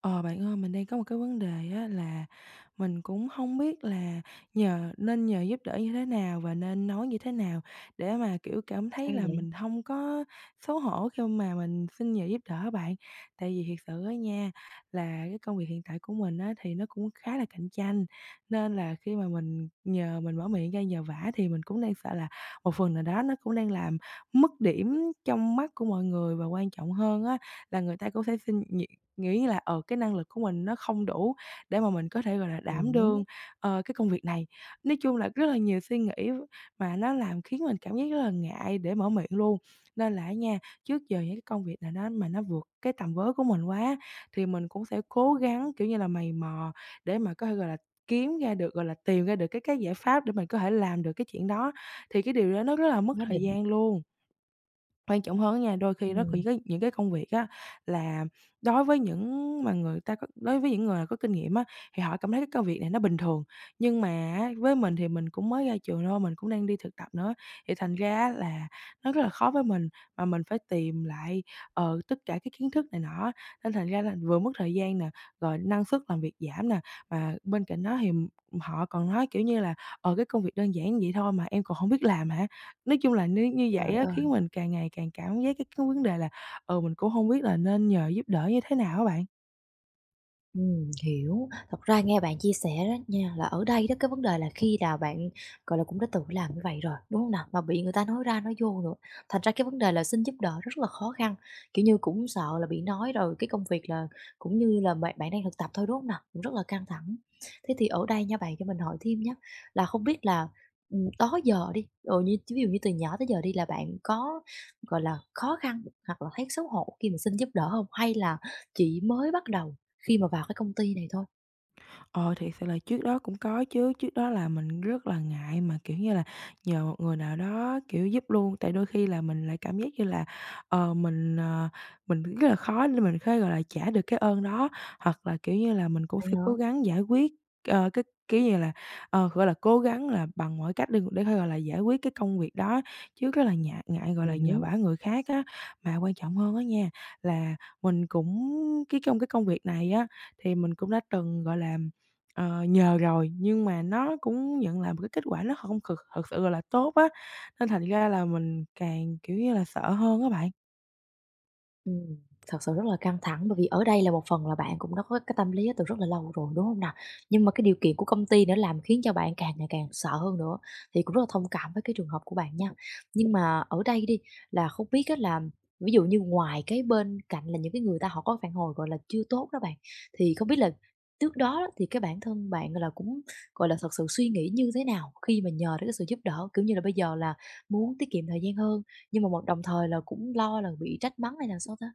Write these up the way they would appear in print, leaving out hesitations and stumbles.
Ờ, Bạn ơi, mình đang có một cái vấn đề á là mình cũng không biết là nên nhờ giúp đỡ như thế nào và nên nói như thế nào để mà, kiểu, cảm thấy Sao là vậy? mình không có xấu hổ khi mà mình xin nhờ giúp đỡ bạn. Tại vì thiệt sự á nha, là cái công việc hiện tại của mình á thì nó cũng khá là cạnh tranh, nên là khi mà mình mở miệng ra nhờ vả thì mình cũng đang sợ là một phần nào đó nó cũng đang làm mất điểm trong mắt của mọi người, và quan trọng hơn á là người ta cũng sẽ xin nh nghĩ như là, cái năng lực của mình nó không đủ để mà mình có thể, gọi là, đảm Hiểu, đương, cái công việc này. Nói chung là rất là nhiều suy nghĩ mà nó làm khiến mình cảm giác rất là ngại để mở miệng luôn. Nên là á nha, trước giờ những cái công việc nào đó mà nó vượt cái tầm với của mình quá thì mình cũng sẽ cố gắng, kiểu như là, mày mò để mà có thể, gọi là, kiếm ra được, gọi là, tìm ra được cái giải pháp để mình có thể làm được cái chuyện đó. Thì cái điều đó nó rất là mất quá thời đỉnh. gian luôn. Quan trọng hơn á nha, đôi khi đó có Ừm, những cái công việc á là đối với những người mà có kinh nghiệm á, thì họ cảm thấy cái công việc này nó bình thường. Nhưng mà á, với mình thì mình cũng mới ra trường thôi, mình cũng đang đi thực tập nữa, thì thành ra á là nó rất là khó với mình, mà mình phải tìm lại, tất cả cái kiến thức này nọ, nên thành ra là vừa mất thời gian nè, rồi năng suất làm việc giảm nè. Mà bên cạnh đó thì họ còn nói, kiểu như là, cái công việc đơn giản vậy thôi mà em còn không biết làm hả?" Nói chung là nếu như vậy trời á, ơi! khiến mình càng ngày càng cảm giác cái vấn đề là, ừ, mình cũng không biết là nên nhờ giúp đỡ như thế nào á bạn. Hiểu. Thật ra nghe bạn chia sẻ đó nha, là ở đây đó, cái vấn đề là khi nào bạn, gọi là, cũng đã tự làm như vậy rồi, đúng không nào? Mà bị người ta nói ra nói vô nữa, thành ra cái vấn đề là xin giúp đỡ rất là khó khăn, kiểu như, cũng sợ là bị nói rồi cái công việc là cũng như là bạn bạn đang thực tập thôi, đúng không nào? Cũng rất là căng thẳng. Thế thì ở đây nha bạn, cho mình hỏi thêm nhé là không biết là, đó giờ đi, như ví dụ như từ nhỏ tới giờ đi là bạn có, gọi là, khó khăn hoặc là thấy xấu hổ khi mà xin giúp đỡ không? Hay là chỉ mới bắt đầu khi mà vào cái công ty này thôi. Ờ, thì sự là trước đó cũng có chứ, trước đó là mình rất là ngại mà, kiểu như là, nhờ một người nào đó, kiểu, giúp luôn, tại đôi khi là mình lại cảm giác như là, ờ, mình, ờ, mình rất là khó để mình gọi là, trả được cái ơn đó. Hoặc là, kiểu như là, mình cũng Vậy sẽ hả? cố gắng giải quyết, cái kiểu như là, gọi là, cố gắng là bằng mọi cách để có, gọi là, giải quyết cái công việc đó, chứ rất là ngại ngại, gọi là, nhờ vả Hiểu, người khác á. Mà quan trọng hơn á nha, là mình cũng cái trong cái công việc này á, thì mình cũng đã từng, gọi là, nhờ rồi, nhưng mà nó cũng nhận lại một cái kết quả nó không thực thực sự, gọi là, tốt á, nên thành ra là mình càng, kiểu như là, sợ hơn á bạn. ừm, thật sự rất là căng thẳng bởi vì ở đây là một phần là bạn cũng đã có cái tâm lý đó từ rất là lâu rồi, đúng không nào? Nhưng mà cái điều kiện của công ty nữa làm khiến cho bạn càng ngày càng sợ hơn nữa, thì cũng rất là thông cảm với cái trường hợp của bạn nha. Nhưng mà ở đây đi, là không biết á là ví dụ như ngoài cái bên cạnh là những cái người ta họ có phản hồi, gọi là, chưa tốt đó bạn, thì không biết là trước đó thì cái bản thân bạn, là, cũng, gọi là, thật sự suy nghĩ như thế nào khi mà nhờ đến cái sự giúp đỡ? Kiểu như là, bây giờ là muốn tiết kiệm thời gian hơn. Nhưng mà một đồng thời là cũng lo là bị trách mắng hay là sao ta?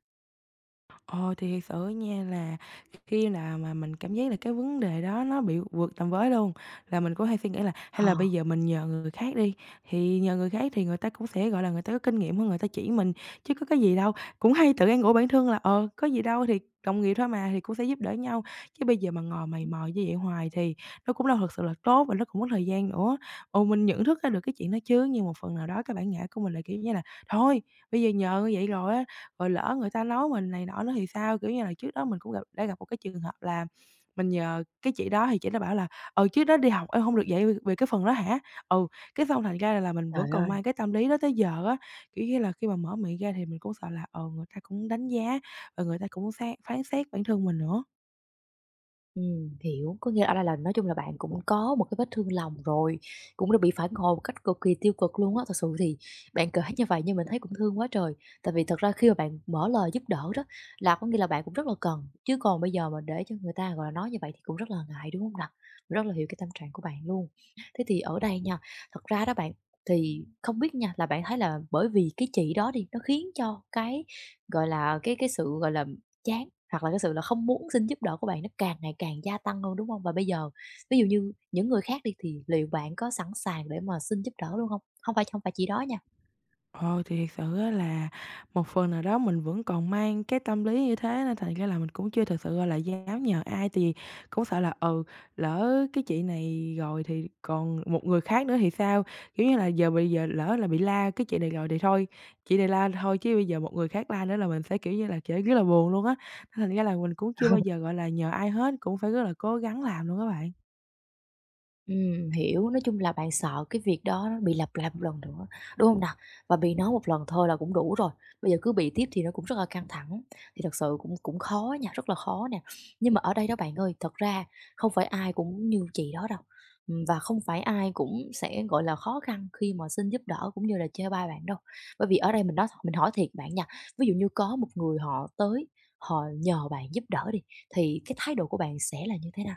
Ờ, thì thiệt sự nha là khi nào mà mình cảm giác là cái vấn đề đó nó bị vượt tầm với luôn, là mình cũng hay suy nghĩ là Ờ, hay là bây giờ mình nhờ người khác đi, thì nhờ người khác thì người ta cũng sẽ, gọi là, người ta có kinh nghiệm hơn, người ta chỉ mình, chứ có cái gì đâu. Cũng hay tự an ủi bản thân là, có gì đâu thì đồng nghiệp thôi mà, thì cũng sẽ giúp đỡ nhau." Chứ bây giờ mà ngồi mày mò như vậy hoài thì nó cũng đâu thật sự là tốt và nó cũng mất thời gian nữa. Ồ, mình nhận thức ra được cái chuyện đó chứ, nhưng một phần nào đó các bạn ngã của mình là, kiểu như là, thôi bây giờ nhờ như vậy rồi á rồi lỡ người ta nói mình này nọ nữa thì sao? Kiểu như là, trước đó mình cũng đã gặp một cái trường hợp là mình nhờ cái chị đó thì chị đó bảo là, "Ừ, trước đó đi học em không được dạy về về cái phần đó hả?" Ừ, cái xong thành ra là mình vẫn trời còn ơi! mang cái tâm lý đó tới giờ á, kiểu như là, khi mà mở miệng ra thì mình cũng sợ là, người ta cũng đánh giá và người ta cũng sáng phán xét bản thân mình nữa. Hiểu, có nghĩa là nói chung là bạn cũng có một cái vết thương lòng rồi, cũng đã bị phản hồi một cách cực kỳ tiêu cực luôn á. Thật sự thì bạn kể như vậy nhưng mình thấy cũng thương quá trời, tại vì thật ra khi mà bạn mở lời giúp đỡ đó là có nghĩa là bạn cũng rất là cần, chứ còn bây giờ mà để cho người ta, gọi là, nói như vậy thì cũng rất là ngại, đúng hông nè? Rất là hiểu cái tâm trạng của bạn luôn. Thế thì ở đây nha, thật ra đó bạn, thì không biết nha là bạn thấy là bởi vì cái chị đó đi, nó khiến cho cái, gọi là, cái sự, gọi là, chán hoặc là cái sự là không muốn xin giúp đỡ của bạn nó càng ngày càng gia tăng hơn, đúng không? Và bây giờ ví dụ như những người khác đi thì liệu bạn có sẵn sàng để mà xin giúp đỡ luôn không? Không phải chỉ đó nha. Ờ, thì thật sự á là một phần nào đó mình vẫn còn mang cái tâm lý như thế nên thành ra là mình cũng chưa thực sự, gọi là, dám nhờ ai, tại vì cũng sợ là, ừ, lỡ cái chị này rồi thì còn một người khác nữa thì sao? Kiểu như là, bây giờ lỡ là bị la cái chị này rồi thì thôi, chị này la thôi chứ bây giờ một người khác la nữa là mình sẽ, kiểu như là, sẽ rất là buồn luôn á. Nên thành ra là mình cũng chưa bao giờ, gọi là, nhờ ai hết, cũng phải rất là cố gắng làm luôn á bạn. Hiểu, nói chung là bạn sợ cái việc đó nó bị lặp lại một lần nữa, đúng không nào? Và bị nó một lần thôi là cũng đủ rồi, bây giờ cứ bị tiếp thì nó cũng rất là căng thẳng, thì thật sự cũng cũng khó nha, rất là khó nè. Nhưng mà ở đây đó bạn ơi, thật ra không phải ai cũng như chị đó đâu, và không phải ai cũng sẽ, gọi là, khó khăn khi mà xin giúp đỡ cũng như là chê bai bạn đâu. Bởi vì ở đây mình nói thật, mình hỏi thiệt bạn nha, ví dụ như có một người họ tới, họ nhờ bạn giúp đỡ đi, thì cái thái độ của bạn sẽ là như thế nào?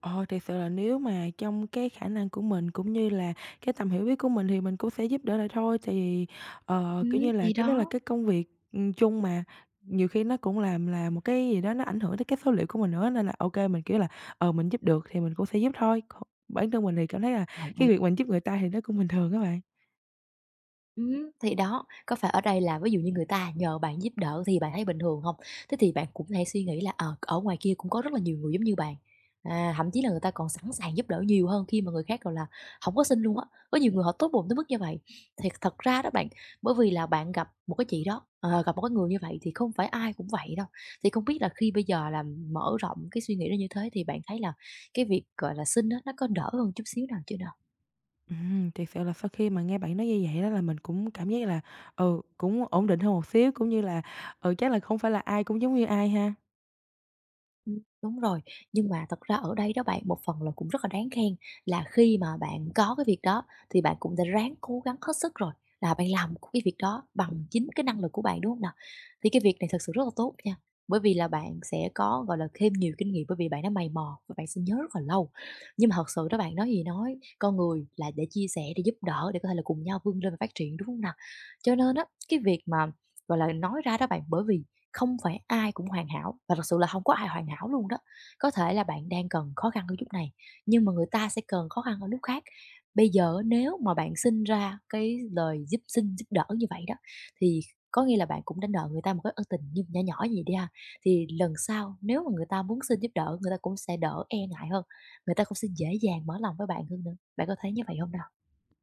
Ờ, Thiệt sự là nếu mà trong cái khả năng của mình, cũng như là cái tầm hiểu biết của mình thì mình cũng sẽ giúp đỡ lại thôi. Tại vì, kiểu như là, Thì cái đó là đó. cái công việc, chung mà, nhiều khi nó cũng làm là một cái gì đó nó ảnh hưởng tới cái số liệu của mình nữa, nên là ô kê, mình, kiểu là, mình giúp được thì mình cũng sẽ giúp thôi. Còn bản thân mình thì cảm thấy là Lộn. cái việc mình giúp người ta thì nó cũng bình thường á bạn. Thì đó, có phải ở đây là ví dụ như người ta nhờ bạn giúp đỡ thì bạn thấy bình thường hông? Thế thì bạn cũng thể suy nghĩ là, ở ngoài kia cũng có rất là nhiều người giống như bạn, à, thậm chí là người ta còn sẵn sàng giúp đỡ nhiều hơn khi mà người khác, gọi là, hổng có xin luôn á. Có nhiều người họ tốt bụng tới mức như vậy. Thì thật ra đó bạn, bởi vì là bạn gặp một cái chị đó, gặp một cái người như vậy thì không phải ai cũng vậy đâu. Thì không biết là khi bây giờ là mở rộng cái suy nghĩ ra như thế thì bạn thấy là cái việc, gọi là, xin á, nó có đỡ hơn chút xíu nào chưa nè? Thiệt sự là sau khi mà nghe bạn nói như vậy đó là mình cũng cảm giác là, ừ, cũng ổn định hơn một xíu, cũng như là, ừ, chắc là không phải là ai cũng giống như ai ha. Đúng rồi, nhưng mà thật ra ở đây đó bạn, một phần là cũng rất là đáng khen là khi mà bạn có cái việc đó thì bạn cũng đã ráng cố gắng hết sức rồi, là bạn làm cái việc đó bằng chính cái năng lực của bạn, đúng không nào? Thì cái việc này thật sự rất là tốt nha, bởi vì là bạn sẽ có, gọi là, thêm nhiều kinh nghiệm bởi vì bạn đã mày mò và bạn sẽ nhớ rất là lâu. Nhưng mà thật sự đó bạn, nói gì nói, con người là để chia sẻ, để giúp đỡ, để có thể là cùng nhau vươn lên và phát triển, đúng không nào? Cho nên á, cái việc mà, gọi là, nói ra đó bạn, bởi vì không phải ai cũng hoàn hảo và thật sự là không có ai hoàn hảo luôn đó. Có thể là bạn đang cần khó khăn ở lúc này, nhưng mà người ta sẽ cần khó khăn ở lúc khác. Bây giờ nếu mà bạn sinh ra cái lời xin giúp đỡ như vậy đó, thì có nghĩa là bạn cũng đã nợ người ta một cái ân tình như nho nhỏ gì đi ha, thì lần sau nếu mà người ta muốn xin giúp đỡ, người ta cũng sẽ đỡ e ngại hơn, người ta cũng sẽ dễ dàng mở lòng với bạn hơn nữa. Bạn có thấy như vậy không nè?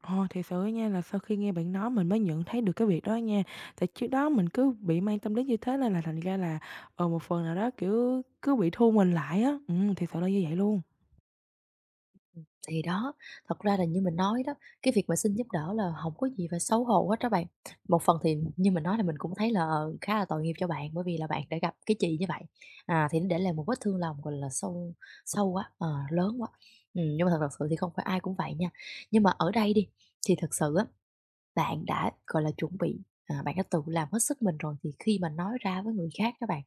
Ồ, thiệt sự á nha là sau khi nghe bạn nói mình mới nhận thấy được cái việc đó nha. Tại trước đó mình cứ bị mang tâm lý như thế nên là thành ra là, một phần nào đó, kiểu, cứ bị thu mình lại á. Thiệt sự là như vậy luôn. Thì đó, thật ra là như mình nói đó, cái việc mà xin giúp đỡ là không có gì phải xấu hổ hết á bạn. Một phần thì như mình nói là mình cũng thấy là, khá là tội nghiệp cho bạn bởi vì là bạn đã gặp cái chị như vậy, à, thì nó để lại một vết thương lòng, gọi là, sâu sâu quá, lớn quá. Nhưng mà thật thật sự thì không phải ai cũng vậy nha. Nhưng mà ở đây đi, thì thật sự á bạn đã, gọi là, chuẩn bị, à, bạn đã tự làm hết sức mình rồi thì khi mà nói ra với người khác các bạn,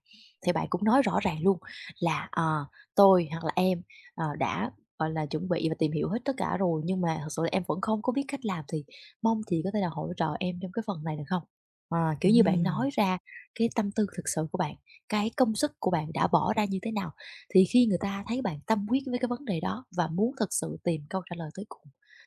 thì bạn cũng nói rõ ràng luôn là, "Tôi hoặc là em, đã, gọi là, chuẩn bị và tìm hiểu hết tất cả rồi, nhưng mà thật sự là em vẫn không có biết cách làm thì mong chị có thể là hỗ trợ em trong cái phần này được không?" Kiểu như bạn nói Ừm. ra cái tâm tư thực sự của bạn, cái công sức của bạn đã bỏ ra như thế nào, thì khi người ta thấy bạn tâm huyết với cái vấn đề đó và muốn thực sự tìm câu trả lời tới cùng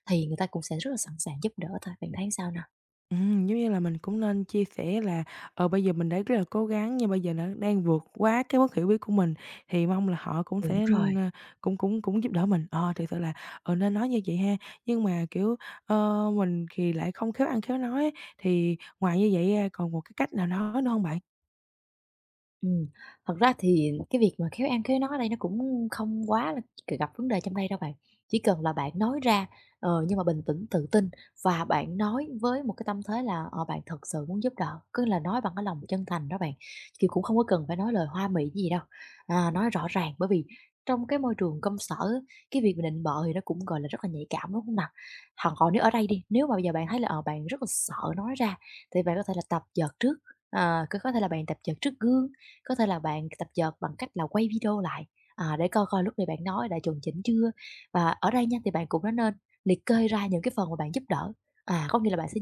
thì người ta cũng sẽ rất là sẵn sàng giúp đỡ thôi, bạn thấy sao nào? Giống như là mình cũng nên chia sẻ là, bây giờ mình đã rất là cố gắng nhưng bây giờ nó đang vượt quá cái mức hiểu biết của mình, thì mong là họ cũng Đúng sẽ, rồi. ơ, cũng cũng cũng giúp đỡ mình. Ờ, Thực sự là, nên nói như vậy ha. Nhưng mà, kiểu, mình thì lại không khéo ăn khéo nói á, thì ngoài như vậy ra còn một cái cách nào nói nữa không bạn? Ừm, thật ra thì cái việc mà khéo ăn khéo nói ở đây nó cũng không quá là gặp vấn đề trong đây đâu bạn. Chỉ cần là bạn nói ra, nhưng mà bình tĩnh, tự tin và bạn nói với một cái tâm thế là, bạn thật sự muốn giúp đỡ, cứ là nói bằng cái lòng chân thành đó bạn, thì cũng không có cần phải nói lời hoa mỹ gì đâu. À, nói rõ ràng bởi vì trong cái môi trường công sở á, cái việc mà định bợ thì nó cũng, gọi là, rất là nhạy cảm, đúng không nào? Hoặc còn nếu ở đây đi, nếu mà bây giờ bạn thấy là, bạn rất là sợ nói ra thì bạn có thể là tập vợt trước, ờ, c có thể là bạn tập vợt trước gương, có thể là bạn tập dượt bằng cách là quay video lại, à, để coi coi lúc này bạn nói đã chuẩn chỉnh chưa. Và ở đây nha, thì bạn cũng đã nên liệt kê ra những cái phần mà bạn giúp đỡ. À, có nghĩa là bạn sẽ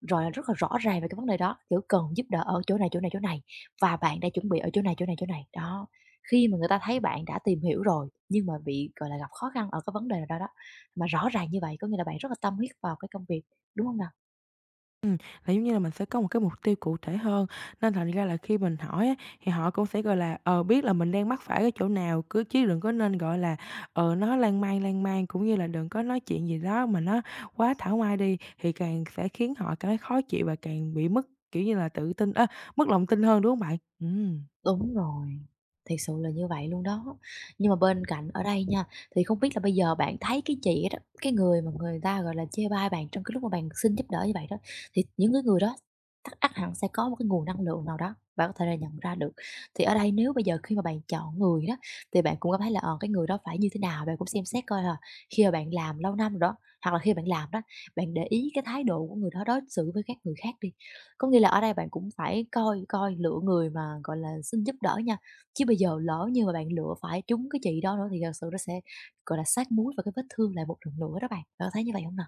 rồi rất là rõ ràng về cái vấn đề đó, kiểu cần giúp đỡ ở chỗ này, chỗ này, chỗ này và bạn đã chuẩn bị ở chỗ này, chỗ này, chỗ này. Đó, khi mà người ta thấy bạn đã tìm hiểu rồi, nhưng mà bị, gọi là, gặp khó khăn ở cái vấn đề nào đó đó, mà rõ ràng như vậy có nghĩa là bạn rất là tâm huyết vào cái công việc, đúng không nào? Ừm, là giống như là mình sẽ có một cái mục tiêu cụ thể hơn, nên thành ra là khi mình hỏi á, thì họ cũng sẽ, gọi là, biết là mình đang mắc phải cái chỗ nào, chứ đừng có nên, gọi là, nói lan man, cũng như là đừng có nói chuyện gì đó mà nó quá thảo mai đi, thì càng sẽ khiến họ cảm thấy khó chịu và càng bị mất, kiểu như là, tự tin á, mất lòng tin hơn, đúng không bạn? Ừm. Đúng rồi, thiệt sự là như vậy luôn đó. Nhưng mà bên cạnh ở đây nha, thì không biết là bây giờ bạn thấy cái chị đó, cái người mà người ta, gọi là, chê bai bạn trong cái lúc mà bạn xin giúp đỡ như vậy đó, thì những cái người đó chắc ắt hẳn sẽ có một cái nguồn năng lượng nào đó, bạn có thể là nhận ra được. Thì ở đây nếu bây giờ khi mà bạn chọn người đó, thì bạn cũng có thấy là, cái người đó phải như thế nào, bạn cũng xem xét coi là khi mà bạn làm lâu năm rồi đó, hoặc là khi bạn làm đó, bạn để ý cái thái độ của người đó đối xử với các người khác đi. Có nghĩa là ở đây bạn cũng phải coi coi lựa người mà, gọi là, xin giúp đỡ nha, chứ bây giờ lỡ như mà bạn lựa phải trúng cái chị đó nữa thì thật sự nó sẽ, gọi là, sát muối và cái vết thương lại một lần nữa đó bạn. Bạn có thấy như vậy không nào?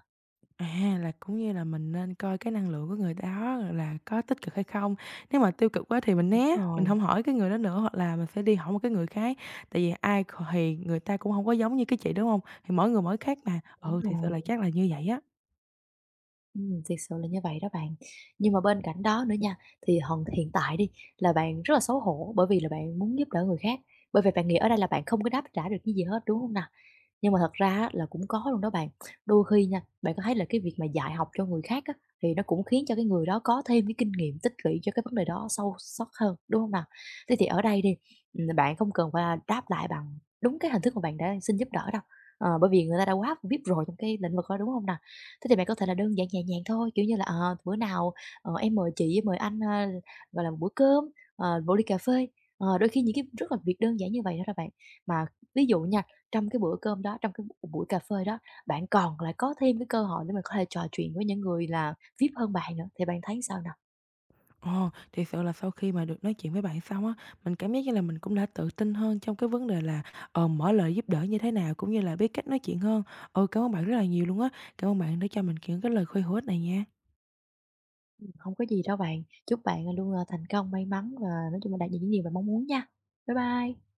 À, là cũng như là mình nên coi cái năng lượng của người đó là có tích cực hay không. Nếu mà tiêu cực quá thì mình né, mình Rồi, hông hỏi cái người đó nữa, hoặc là mình sẽ đi hỏi một cái người khác. Tại vì ai kh thì người ta cũng hông có giống như cái chị, đúng hông? Thì mỗi người mỗi khác mà. đúng Ừ, thiệt sự rồi. là chắc là như vậy á. Thiệt sự là như vậy đó bạn. Nhưng mà bên cạnh đó nữa nha, thì hần hiện tại đi là bạn rất là xấu hổ bởi vì là bạn muốn giúp đỡ người khác, bởi vì bạn nghĩ ở đây là bạn không có đáp trả được cái gì hết, đúng không nào? Nhưng mà thật ra á là cũng có luôn đó bạn. Đôi khi nha, bạn có thấy là cái việc mà dạy học cho người khác á, thì nó cũng khiến cho cái người đó có thêm cái kinh nghiệm tích lũy cho cái vấn đề đó sâu sắc hơn, đúng không nào? Thế thì ở đây đi, bạn không cần phải đáp lại bằng đúng cái hình thức mà bạn đã xin giúp đỡ đâu, bởi vì người ta đã quá biết rồi trong cái lĩnh vực đó, đúng không nào? Thế thì bạn có thể là đơn giản nhẹ nhàng thôi, kiểu như là, "Bữa nào, em mời chị, mời anh, gọi là, một bữa cơm, một ly cà phê." Đôi khi những cái rất là việc đơn giản như vậy đó đó bạn. Mà ví dụ nha, trong cái bữa cơm đó, trong cái buổi cà phê đó, bạn còn lại có thêm cái cơ hội để mà có thể trò chuyện với những người là VIP hơn bạn nữa, thì bạn thấy sao nào? Ờ, Thiệt sự là sau khi mà được nói chuyện với bạn xong á, mình cảm giác như là mình cũng đã tự tin hơn trong cái vấn đề là, mở lời giúp đỡ như thế nào, cũng như là biết cách nói chuyện hơn. Ừ, cảm ơn bạn rất là nhiều luôn á. Cảm ơn bạn đã cho mình những cái lời khuyên hữu ích này nha. Không có gì đâu bạn, chúc bạn, à, luôn, à, thành công, may mắn và nói chung là đạt được những gì bạn mong muốn nha. Bye bye.